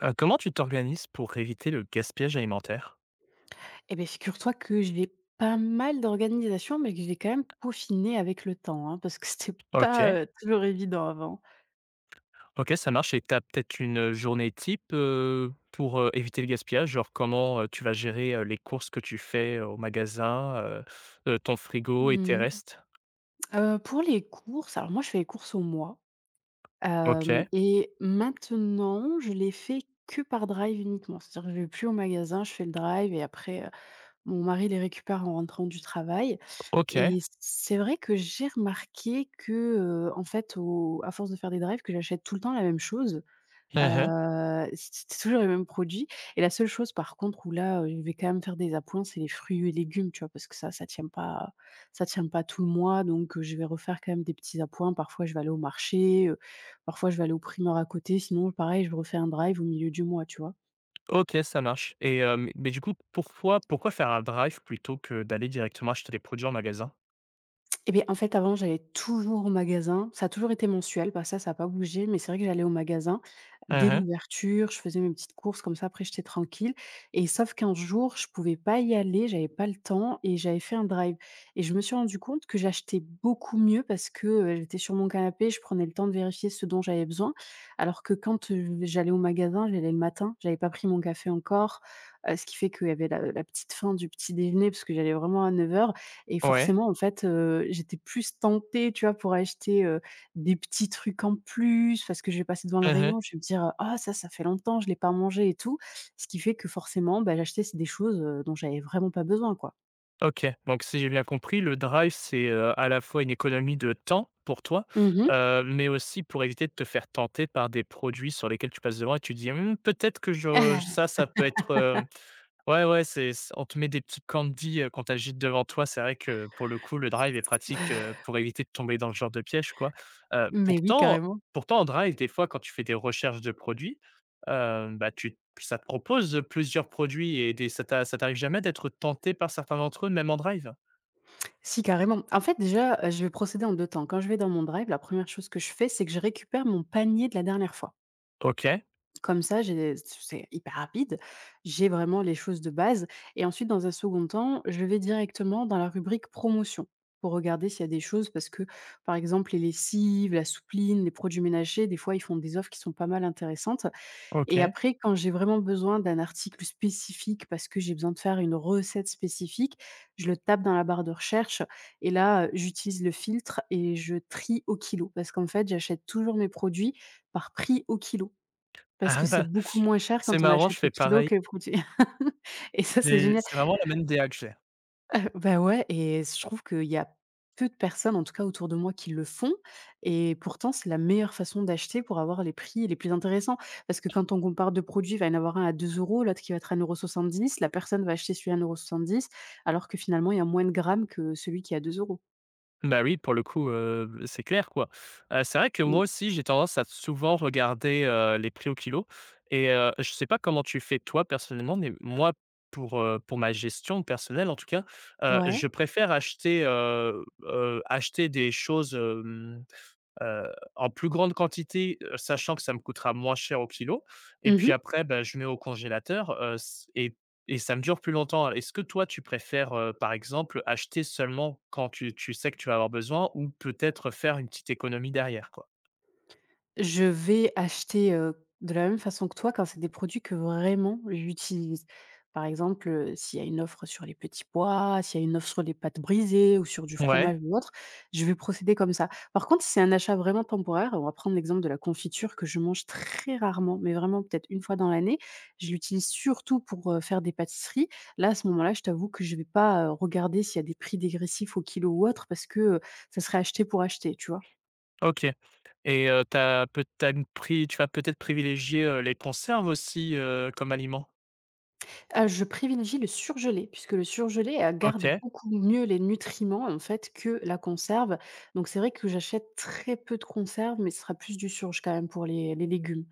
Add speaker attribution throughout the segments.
Speaker 1: Comment tu t'organises pour éviter le gaspillage alimentaire?
Speaker 2: Eh bien figure-toi que je l'ai pas mal d'organisation, mais que je l'ai quand même peaufiné avec le temps, hein, parce que c'était pas,
Speaker 1: OK.
Speaker 2: toujours évident avant.
Speaker 1: OK, ça marche. Et tu as peut-être une journée type, pour, éviter le gaspillage? Genre comment, tu vas gérer, les courses que tu fais au magasin, ton frigo et tes
Speaker 2: Mmh mh.
Speaker 1: restes?
Speaker 2: Pour les courses, alors moi, je fais les courses au mois, hem
Speaker 1: OK.
Speaker 2: et maintenant, je les fais que par drive uniquement. C'est-à-dire que je vais plus au magasin, je fais le drive et après, mon mari les récupère en rentrant du travail.
Speaker 1: OK.
Speaker 2: Et c'est vrai que j'ai remarqué que, en fait, au à force de faire des drives, que j'achète tout le temps la même chose.
Speaker 1: Mmh.
Speaker 2: C'est toujours les mêmes produits, et la seule chose par contre où là, je vais quand même faire des appoints, c'est les fruits et légumes, tu vois? Parce que ça, ça tient pas tout le mois, donc je vais refaire quand même des petits appoints. Parfois, je vais aller au marché, parfois je vais aller au primeur à côté. Sinon, pareil, je refais un drive au milieu du mois, tu vois?
Speaker 1: OK, ça marche. Et mais mais du coup, pourquoi faire un drive plutôt que d'aller directement acheter les produits en magasin?
Speaker 2: Eh beh, en fait, avant, j'allais toujours au magasin. Ça a toujours été mensuel, bah, ça n'a pas bougé, mais c'est vrai que j'allais au magasin dès
Speaker 1: Mmh.
Speaker 2: l'ouverture, je faisais mes petites courses comme ça, après j'étais tranquille. Et sauf qu'un jour, je pouvais pas y aller, j'avais pas le temps et j'avais fait un drive, et je me suis rendu compte que j'achetais beaucoup mieux parce que, j'étais sur mon canapé, je prenais le temps de vérifier ce dont j'avais besoin. Alors que quand, j'allais au magasin, j'allais le matin, j'avais pas pris mon café encore, ce qui fait qu'il y avait la petite faim du petit déjeuner parce que j'allais vraiment à 9 heures. Et
Speaker 1: Ouais.
Speaker 2: forcément, en fait, j'étais plus tentée, tu vois, pour acheter, des petits trucs en plus parce que je vais passer devant le
Speaker 1: Mmh.
Speaker 2: rayon, je vais me dire: «Ah ça, ça fait longtemps, je l'ai pas mangé et tout». Ce qui fait que forcément, bah, j'achetais s des choses, dont j'avais vraiment pas besoin, quoi.
Speaker 1: OK, donc si j'ai bien compris, le drive, c'est, à la fois une économie de temps pour toi,
Speaker 2: Mmh.
Speaker 1: mais aussi pour éviter de te faire tenter par des produits sur lesquels tu passes devant et tu te dis: «Mmh, peut-être que je ça, ça peut être,» ouais, ouais, c'est c on te met des petites candies, qu'on t'agite devant toi. C'est vrai que pour le coup, le drive est pratique, pour éviter de tomber dans le genre de piège, quoi, heu,
Speaker 2: Mais oui,
Speaker 1: pourtant
Speaker 2: carrément.
Speaker 1: pourtant en drive, des fois, quand tu fais des recherches de produits, bah, tu puis ça te propose plusieurs produits et des ça t'arrive jamais d'être tenté par certains d'entre eux, même en drive?
Speaker 2: Si, carrément. En fait, déjà, je vais procéder en 2 temps. Quand je vais dans mon drive, la première chose que je fais, c'est que je récupère mon panier de la dernière fois.
Speaker 1: OK.
Speaker 2: Comme ça, j'ai c'est hyper rapide, j'ai vraiment les choses de base, et ensuite dans un second temps, je vais directement dans la rubrique promotion pour regarder s'il y a des choses parce que, par exemple, les lessives, la soupline, les produits ménagers, des fois, ils font des offres qui sont pas mal intéressantes. Et
Speaker 1: OK.
Speaker 2: après, quand j'ai vraiment besoin d'un article spécifique parce que j'ai besoin de faire une recette spécifique, je le tape dans la barre de recherche, et là, j'utilise le filtre et je trie au kilo parce qu'en fait, j'achète toujours mes produits par prix au kilo. Parce que
Speaker 1: Ah
Speaker 2: c'est
Speaker 1: bah,
Speaker 2: beaucoup moins cher
Speaker 1: c'est
Speaker 2: quand on
Speaker 1: marrant, je
Speaker 2: achète au
Speaker 1: fais
Speaker 2: kilo
Speaker 1: pareil.
Speaker 2: que le produit. Et ça, c'est
Speaker 1: J'ai
Speaker 2: génial.
Speaker 1: C'est vraiment la même DA que j'ai.
Speaker 2: Bah, ouais, et je trouve qu'il y a peu de personnes, en tout cas autour de moi, qui le font, et pourtant, c'est la meilleure façon d'acheter pour avoir les prix les plus intéressants. Parce que quand on compare 2 produits, il va y en avoir un à 2 euros, l'autre qui va être à un euro soixante-dix. La personne va acheter celui à un euro soixante-dix, alors que finalement, il y a moins de grammes que celui qui est à 2 €.
Speaker 1: Bah oui, pour le coup, c'est clair, quoi. C'est vrai que moi
Speaker 2: Mmh.
Speaker 1: aussi, j'ai tendance à souvent regarder, les prix au kilo. Et je sais pas comment tu fais toi personnellement, mais moi, pour ma gestion personnelle en tout cas,
Speaker 2: Ouais.
Speaker 1: je préfère acheter, acheter des choses, heu, en plus grande quantité, sachant que ça me coûtera moins cher au kilo, et
Speaker 2: Mmh.
Speaker 1: puis après, bah, je mets au congélateur, s et ça me dure plus longtemps. Est-ce que toi, tu préfères, par exemple, acheter seulement quand tu sais que tu vas avoir besoin ou peut-être faire une petite économie derrière, quoi?
Speaker 2: Je vais acheter, de la même façon que toi quand c'est des produits que vraiment j'utilise. Par exemple, s'il y a une offre sur les petits pois, s'il y a une offre sur les pâtes brisées ou sur du
Speaker 1: Ouais.
Speaker 2: fromage ou autre, je vais procéder comme ça. Par contre, si c'est un achat vraiment temporaire, on va prendre l'exemple de la confiture que je mange très rarement, mais vraiment peut-être une fois dans l'année. Je l'utilise surtout pour, faire des pâtisseries. Là, à ce moment-là, je t'avoue que je ne vais pas, regarder s'il y a des prix dégressifs au kilo ou autre parce que, ça serait acheter pour acheter, tu vois?
Speaker 1: OK. Et tu peut tu une pri tu vas peut-être privilégier, les conserves aussi, comme aliment?
Speaker 2: Je privilégie le surgelé, puisque le surgelé, garde
Speaker 1: OK.
Speaker 2: beaucoup mieux les nutriments, en fait, que la conserve. Donc c'est vrai que j'achète très peu de conserve, mais ce sera plus du surge quand même pour les légumes.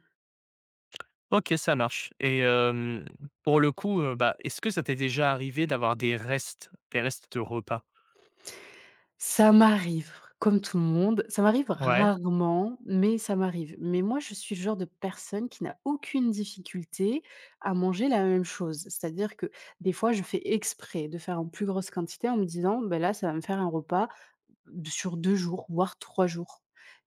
Speaker 1: OK, ça marche. Et pour le coup, bah, est-ce que ça t'est déjà arrivé d'avoir des restes de repas?
Speaker 2: Ça m'arrive, comme tout le monde, ça m'arrive
Speaker 1: Ouais,
Speaker 2: rarement, mais ça m'arrive. Mais moi, je suis le genre de personne qui n'a aucune difficulté à manger la même chose. C'est-à-dire que des fois, je fais exprès de faire en plus grosse quantité en me disant: ben là, ça va me faire un repas sur 2 jours, voire 3 jours.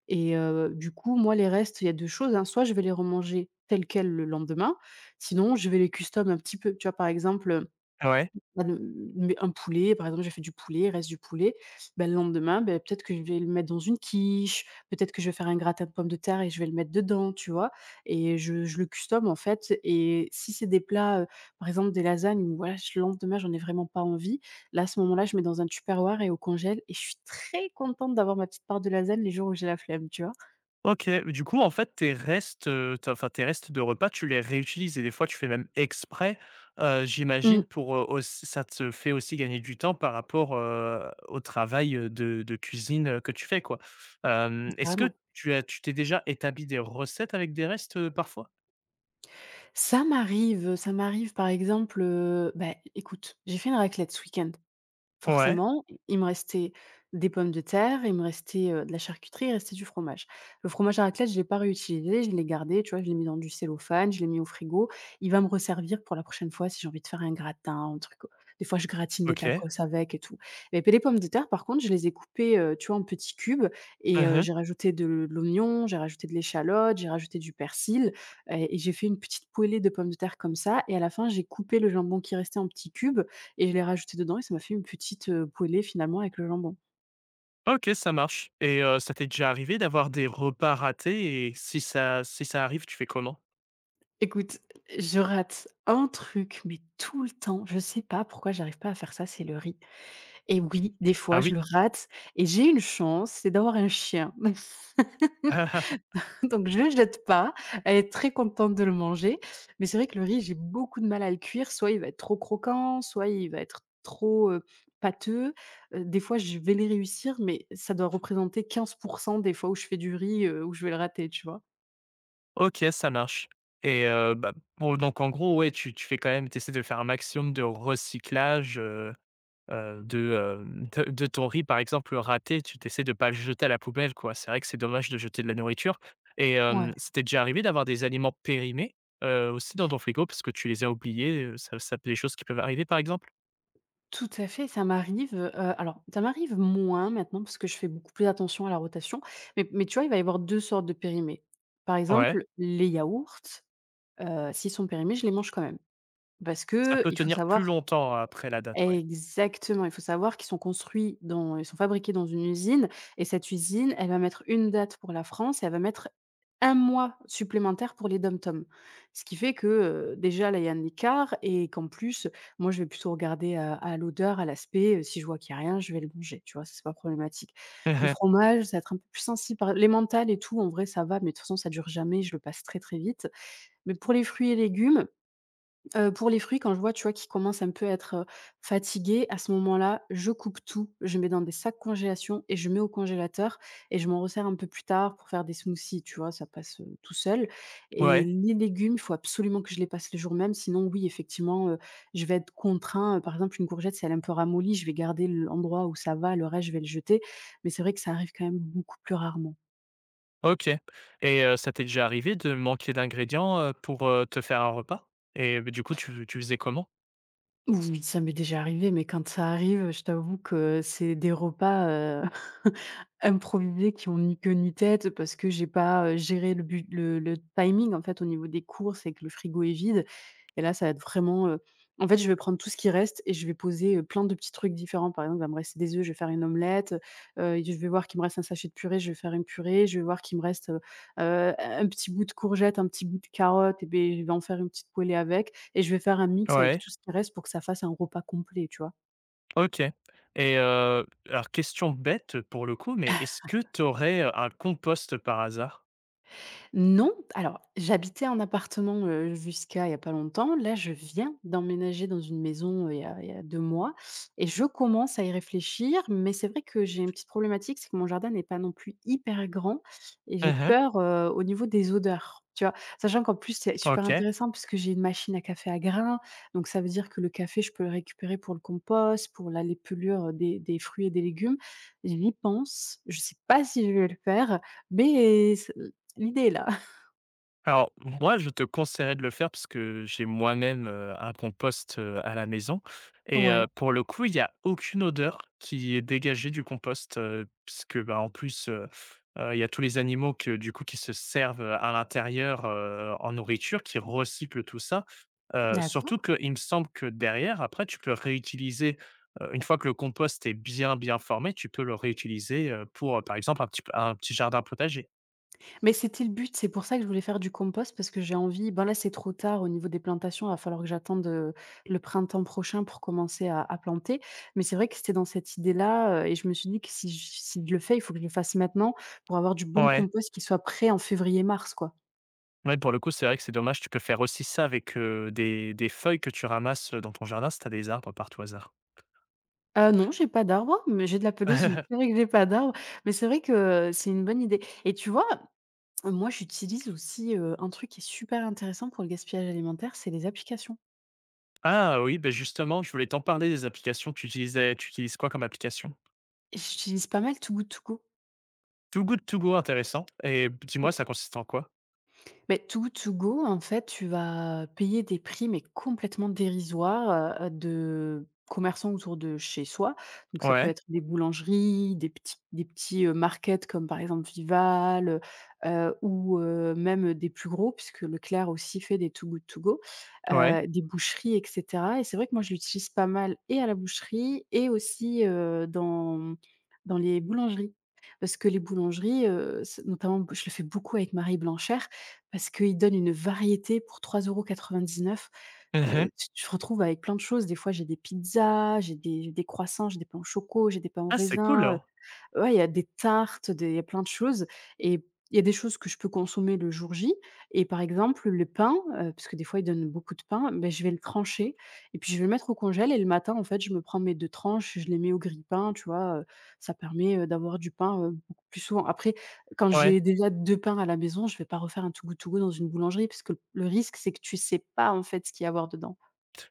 Speaker 2: Et du coup, moi, les restes, il y a 2 choses, hein, soit je vais les remanger tels quels le lendemain, sinon je vais les custom un petit peu. Tu vois, par exemple,
Speaker 1: ouais.
Speaker 2: bah, le mais un poulet, par exemple, j'ai fait du poulet, reste du poulet. Bah, le lendemain, beh, peut-être que je vais le mettre dans une quiche, peut-être que je vais faire un gratin de pommes de terre et je vais le mettre dedans, tu vois? Et je le custom en fait. Et si c'est des plats, par exemple des lasagnes où voilà, j le lendemain, j'en ai vraiment pas envie, là, à ce moment-là, je mets dans un Tupperware et au congèle, et je suis très contente d'avoir ma petite part de lasagne les jours où j'ai la flemme, tu vois?
Speaker 1: OK, du coup, en fait, tes restes, tu enfin, tes restes de repas, tu les réutilises et des fois, tu fais même exprès, j'imagine
Speaker 2: Mmh,
Speaker 1: pour, auss ça te fait aussi gagner du temps par rapport, au travail, de cuisine, que tu fais, quoi. Est-ce que
Speaker 2: carrément.
Speaker 1: tu as tu t'es déjà établi des recettes avec des restes, parfois?
Speaker 2: Ça m'arrive par exemple, bah, écoute, j'ai fait une raclette ce week-end.
Speaker 1: Ouais.
Speaker 2: Forcément, i il me restait des pommes de terre, il me restait, de la charcuterie, il restait du fromage. Le fromage à raclette, je l'ai pas réutilisé, je l'ai gardé, tu vois? Je l'ai mis dans du cellophane, je l'ai mis au frigo. Il va me resservir pour la prochaine fois si j'ai envie de faire un gratin, un truc, des fois je gratine des
Speaker 1: OK.
Speaker 2: tacos avec et tout. Et puis les pommes de terre, par contre, je les ai coupées, tu vois, en petits cubes, et
Speaker 1: Mmh.
Speaker 2: j'ai rajouté de l'oignon, j'ai rajouté de l'échalote, j'ai rajouté du persil, et j'ai fait une petite poêlée de pommes de terre comme ça, et à la fin, j'ai coupé le jambon qui restait en petits cubes et je l'ai rajouté dedans, et ça m'a fait une petite, poêlée finalement avec le jambon.
Speaker 1: OK, ça marche. Ça t'est déjà arrivé d'avoir des repas ratés et si ça arrive, tu fais comment?
Speaker 2: Écoute, je rate un truc, mais tout le temps, je sais pas pourquoi j'arrive pas à faire ça, c'est le riz, et oui, des fois
Speaker 1: Ah oui?
Speaker 2: je le rate, et j'ai une chance, c'est d'avoir un chien. Donc je le jette pas, elle est très contente de le manger, mais c'est vrai que le riz, j'ai beaucoup de mal à le cuire, soit il va être trop croquant, soit il va être trop, pâteux. Des fois, je vais les réussir, mais ça doit représenter 15% des fois où je fais du riz, où je vais le rater, tu vois?
Speaker 1: OK, ça marche. Bah, bon, donc en gros, ouais, tu fais quand même, tu essaies de faire un maximum de recyclage, de, de ton riz, par exemple, raté. Tu t'essaies de pas le jeter à la poubelle, quoi. C'est vrai que c'est dommage de jeter de la nourriture. et
Speaker 2: Ouais,
Speaker 1: hem, ça déjà arrivé d'avoir des aliments périmés, aussi dans ton frigo parce que tu les as oubliés, ça ça peut, des choses qui peuvent arriver, par exemple?
Speaker 2: tout à fait, ça m'arrive, alors ça m'arrive moins maintenant parce que je fais beaucoup plus attention à la rotation, mais tu vois, il va y avoir 2 sortes de périmés. Par
Speaker 1: Ouais,
Speaker 2: exemple, les yaourts, s'ils sont périmés, je les mange quand même parce
Speaker 1: ça
Speaker 2: que
Speaker 1: peut
Speaker 2: il faut
Speaker 1: tenir
Speaker 2: savoir.
Speaker 1: plus longtemps après la date, ouais.
Speaker 2: Exactement, il faut savoir qu'ils sont construits dans ils sont fabriqués dans une usine, et cette usine, elle va mettre une date pour la France et elle va mettre un mois supplémentaire pour les DOM-TOM. Ce qui fait que, déjà là, il y a un écart, et qu'en plus, moi, je vais plutôt regarder à l'odeur, à l'aspect, si je vois qu'il y a rien, je vais le manger, tu vois? Ça, c'est pas problématique. Le fromage, ça va être un peu plus sensible par Les mentales et tout, en vrai, ça va, mais de toute façon, ça dure jamais, je le passe très, très vite. Mais pour les fruits et légumes, pour les fruits, quand je vois, tu vois, qu'ils commencent un peu à être, fatigués, à ce moment-là, je coupe tout, je mets dans des sacs congélation et je mets au congélateur, et je m'en resserre un peu plus tard pour faire des smoothies, tu vois? Ça passe, tout seul. Et
Speaker 1: Ouais.
Speaker 2: les légumes, il faut absolument que je les passe le jour même, sinon oui, effectivement, je vais être contraint, par exemple, une courgette, si elle est un peu ramollie, je vais garder l'endroit où ça va, le reste, je vais le jeter, mais c'est vrai que ça arrive quand même beaucoup plus rarement.
Speaker 1: OK. Ça t'est déjà arrivé de manquer d'ingrédients, pour, te faire un repas? Et beh, du coup, tu faisais comment?
Speaker 2: Oui, ça m'est déjà arrivé, mais quand ça arrive, je t'avoue que c'est des repas, improvisés qui ont ni queue ni tête parce que j'ai pas, géré le bu le timing en fait au niveau des courses et que le frigo est vide. Et là, ça va être vraiment, en fait, je vais prendre tout ce qui reste et je vais poser, plein de petits trucs différents. Par exemple, il va me rester des œufs, je vais faire une omelette, je vais voir qu'il me reste un sachet de purée, je vais faire une purée. Je vais voir qu'il me reste, un petit bout de courgette, un petit bout de carotte et beh, je vais en faire une petite poêlée avec et je vais faire un mix avec
Speaker 1: Ouais.
Speaker 2: tout ce qui reste pour que ça fasse un repas complet, tu vois?
Speaker 1: OK. Alors question bête pour le coup, mais est-ce que tu aurais un compost par hasard?
Speaker 2: Non, alors j'habitais en appartement, jusqu'à il y a pas longtemps. Là, je viens d'emménager dans une maison, il y a 2 mois et je commence à y réfléchir, mais c'est vrai que j'ai une petite problématique, c'est que mon jardin n'est pas non plus hyper grand et j'ai
Speaker 1: Mmh.
Speaker 2: peur, au niveau des odeurs, tu vois? Sachant qu'en plus, c'est super
Speaker 1: OK.
Speaker 2: intéressant puisque j'ai une machine à café à grains, donc ça veut dire que le café, je peux le récupérer pour le compost, pour la les des fruits et des légumes. J'y pense, je sais pas si je vais le faire, mais l'idée est là.
Speaker 1: Alors, moi, je te conseillerais de le faire parce que j'ai moi-même, un compost, à la maison. Et
Speaker 2: Ouais,
Speaker 1: pour le coup, il y a aucune odeur qui est dégagée du compost, puisque, bah, en plus, il y a tous les animaux que du coup qui se servent à l'intérieur, en nourriture, qui recyclent tout ça. Surtout
Speaker 2: d'accord.
Speaker 1: qu'il me semble que derrière, après, tu peux réutiliser, une fois que le compost est bien, bien formé, tu peux le réutiliser, pour, par exemple, un petit jardin potager.
Speaker 2: Mais c'était le but, c'est pour ça que je voulais faire du compost parce que j'ai envie ben là, c'est trop tard au niveau des plantations, il va falloir que j'attende, le printemps prochain pour commencer à planter. Mais c'est vrai que c'était dans cette idée-là, et je me suis dit que si je le fais, il faut que je le fasse maintenant pour avoir du bon
Speaker 1: Ouais.
Speaker 2: compost qui soit prêt en février-mars, quoi.
Speaker 1: Ouais, pour le coup, c'est vrai que c'est dommage. Tu peux faire aussi ça avec, des feuilles que tu ramasses dans ton jardin, si tu as des arbres par tout hasard.
Speaker 2: Non, j'ai pas d'arbre, mais j'ai de la pelouse, mais c'est vrai que j'ai pas d'arbre. Mais c'est vrai que c'est une bonne idée et tu vois, moi, j'utilise aussi, un truc qui est super intéressant pour le gaspillage alimentaire, c'est les applications.
Speaker 1: Ah oui, ben justement, je voulais t'en parler des applications. Tu utilises quoi comme application?
Speaker 2: J'utilise pas mal Too Good To
Speaker 1: Too Good To Go, intéressant, et dis-moi,
Speaker 2: Go.
Speaker 1: ça consiste en quoi?
Speaker 2: Mais tout To Go, en fait, tu vas payer des prix, mais complètement dérisoires, de commerçants autour de chez soi. Donc ça peut
Speaker 1: Ouais,
Speaker 2: être des boulangeries, des petits, markets comme par exemple Vival, ou même des plus gros puisque Leclerc aussi fait des Too Good To Go,
Speaker 1: ouais.
Speaker 2: des boucheries et cetera et c'est vrai que moi je l'utilise pas mal et à la boucherie et aussi, dans dans les boulangeries. Parce que les boulangeries, c notamment, je le fais beaucoup avec Marie Blanchère, parce qu'ils donnent une variété pour 3,99 €.
Speaker 1: Mmh.
Speaker 2: Tu te retrouves avec plein de choses. Des fois, j'ai des pizzas, j'ai des croissants, j'ai des pains au choco, j'ai des pains au
Speaker 1: Ah, c'est
Speaker 2: raisin,
Speaker 1: cool!
Speaker 2: ouais, il y a des tartes, des il y a plein de choses et il y a des choses que je peux consommer le jour J et par exemple le pain, parce que des fois ils donnent beaucoup de pain, beh, je vais le trancher et puis je vais le mettre au congèle et le matin en fait je me prends mes 2 tranches, je les mets au grille-pain, tu vois? Ça permet, d'avoir du pain, beaucoup plus souvent. Après quand
Speaker 1: Ouais.
Speaker 2: j'ai déjà 2 pains à la maison, je vais pas refaire un tout Good To Go dans une boulangerie parce que le risque c'est que tu sais pas en fait ce qu'il y a à avoir dedans.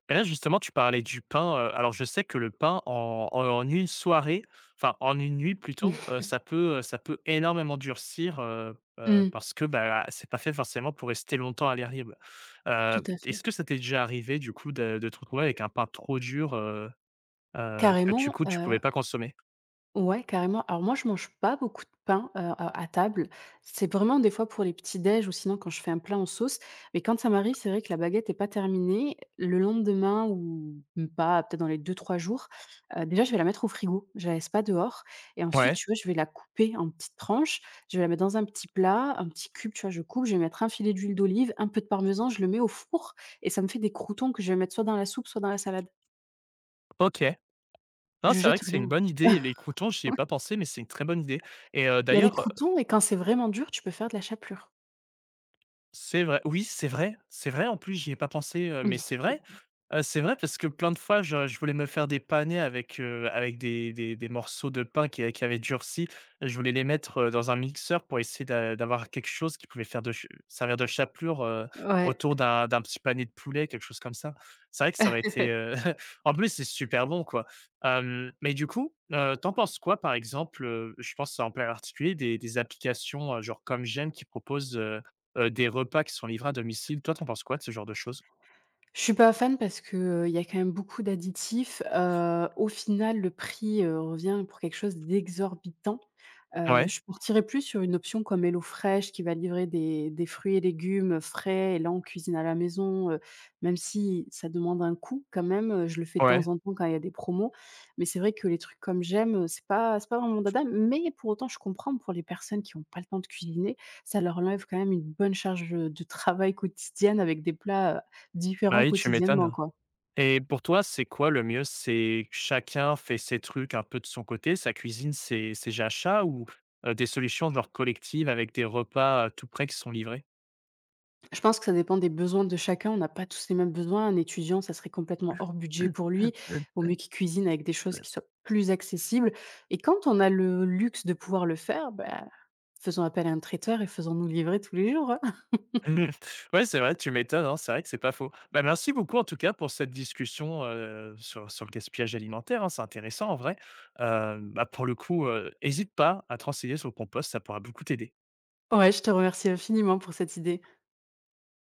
Speaker 1: Et là, justement, tu parlais du pain, alors je sais que le pain en en en une soirée, enfin en une nuit plutôt, ça peut énormément durcir,
Speaker 2: Mmh.
Speaker 1: parce que, bah, c'est pas fait forcément pour rester longtemps à l'hervir.
Speaker 2: Tout à
Speaker 1: Est-ce
Speaker 2: fait.
Speaker 1: que ça t'est déjà arrivé du coup de te retrouver avec un pain trop dur, que du
Speaker 2: Carrément,
Speaker 1: coup tu pouvais pas consommer?
Speaker 2: ouais, carrément. Alors moi, je mange pas beaucoup de pain, à table. C'est vraiment des fois pour les petits-déj ou sinon quand je fais un plat en sauce. Mais quand ça m'arrive, c'est vrai que la baguette est pas terminée, le lendemain ou même pas, peut-être dans les deux-trois jours, déjà, je vais la mettre au frigo. Je la laisse pas dehors et ensuite,
Speaker 1: Ouais.
Speaker 2: tu vois, je vais la couper en petites tranches. Je vais la mettre dans un petit plat, un petit cube, tu vois, je coupe, je vais mettre un filet d'huile d'olive, un peu de parmesan, je le mets au four et ça me fait des croûtons que je vais mettre soit dans la soupe, soit dans la salade.
Speaker 1: OK. Non,
Speaker 2: Je
Speaker 1: c'est vrai
Speaker 2: jette
Speaker 1: que c'est
Speaker 2: rien.
Speaker 1: une bonne idée, les croûtons, j'y ai pas pensé, mais c'est une très bonne idée. et heu,
Speaker 2: Il y a les
Speaker 1: d'ailleurs
Speaker 2: croûtons et quand c'est vraiment dur, tu peux faire de la chapelure.
Speaker 1: C'est vrai. Oui, c'est vrai, c'est vrai. En plus, j'y ai pas pensé, mais
Speaker 2: Mmh.
Speaker 1: c'est vrai. C'est vrai parce que plein de fois, je voulais me faire des panais avec, avec des des morceaux de pain qui avaient durci. Je voulais les mettre, dans un mixeur pour essayer d'avoir quelque chose qui pouvait faire de ch servir de chapelure,
Speaker 2: Ouais.
Speaker 1: autour d'un d'un petit panier de poulet, quelque chose comme ça. C'est vrai que ça aurait été, en plus, c'est super bon, quoi. Mais du coup, tu penses quoi, par exemple, je pense en plein particulier des applications, genre comme J'aime qui proposent, des repas qui sont livrés à domicile. Toi, tu en penses quoi de ce genre de choses?
Speaker 2: Je suis pas fan parce que, il y a quand même beaucoup d'additifs. Au final, le prix, revient pour quelque chose d'exorbitant.
Speaker 1: Ouais,
Speaker 2: Je partirais plus sur une option comme HelloFresh qui va livrer des fruits et légumes frais et là on cuisine à la maison, même si ça demande un coût quand même, je le fais de temps
Speaker 1: ouais.
Speaker 2: en temps quand il y a des promos. Mais c'est vrai que les trucs comme j'aime, c'est pas vraiment mon dada, mais pour autant je comprends pour les personnes qui n'ont pas le temps de cuisiner, ça leur enlève quand même une bonne charge, de travail quotidienne avec des plats,
Speaker 1: Bah,
Speaker 2: différents
Speaker 1: oui, tu
Speaker 2: quotidiennement,
Speaker 1: m'étonnes.
Speaker 2: quoi.
Speaker 1: Et pour toi, c'est quoi le mieux? C'est chacun fait ses trucs un peu de son côté, sa cuisine, ses ses achats, ou des solutions genre collectives avec des repas, tout prêts qui sont livrés?
Speaker 2: Je pense que ça dépend des besoins de chacun. On n'a pas tous les mêmes besoins. Un étudiant, ça serait complètement hors budget pour lui. Vaut mieux qu'il cuisine avec des choses qui soient plus accessibles. Et quand on a le luxe de pouvoir le faire, bah, faisons appel à un traiteur et faisons-nous livrer tous les jours, hein.
Speaker 1: Ouais, c'est vrai, tu m'étonnes, hein, c'est vrai que c'est pas faux. Bah, merci beaucoup en tout cas pour cette discussion, sur sur le gaspillage alimentaire, hein, c'est intéressant en vrai. Bah, pour le coup, hésite pas à te renseigner sur le compost, ça pourra beaucoup t'aider.
Speaker 2: Ouais, je te remercie infiniment pour cette idée.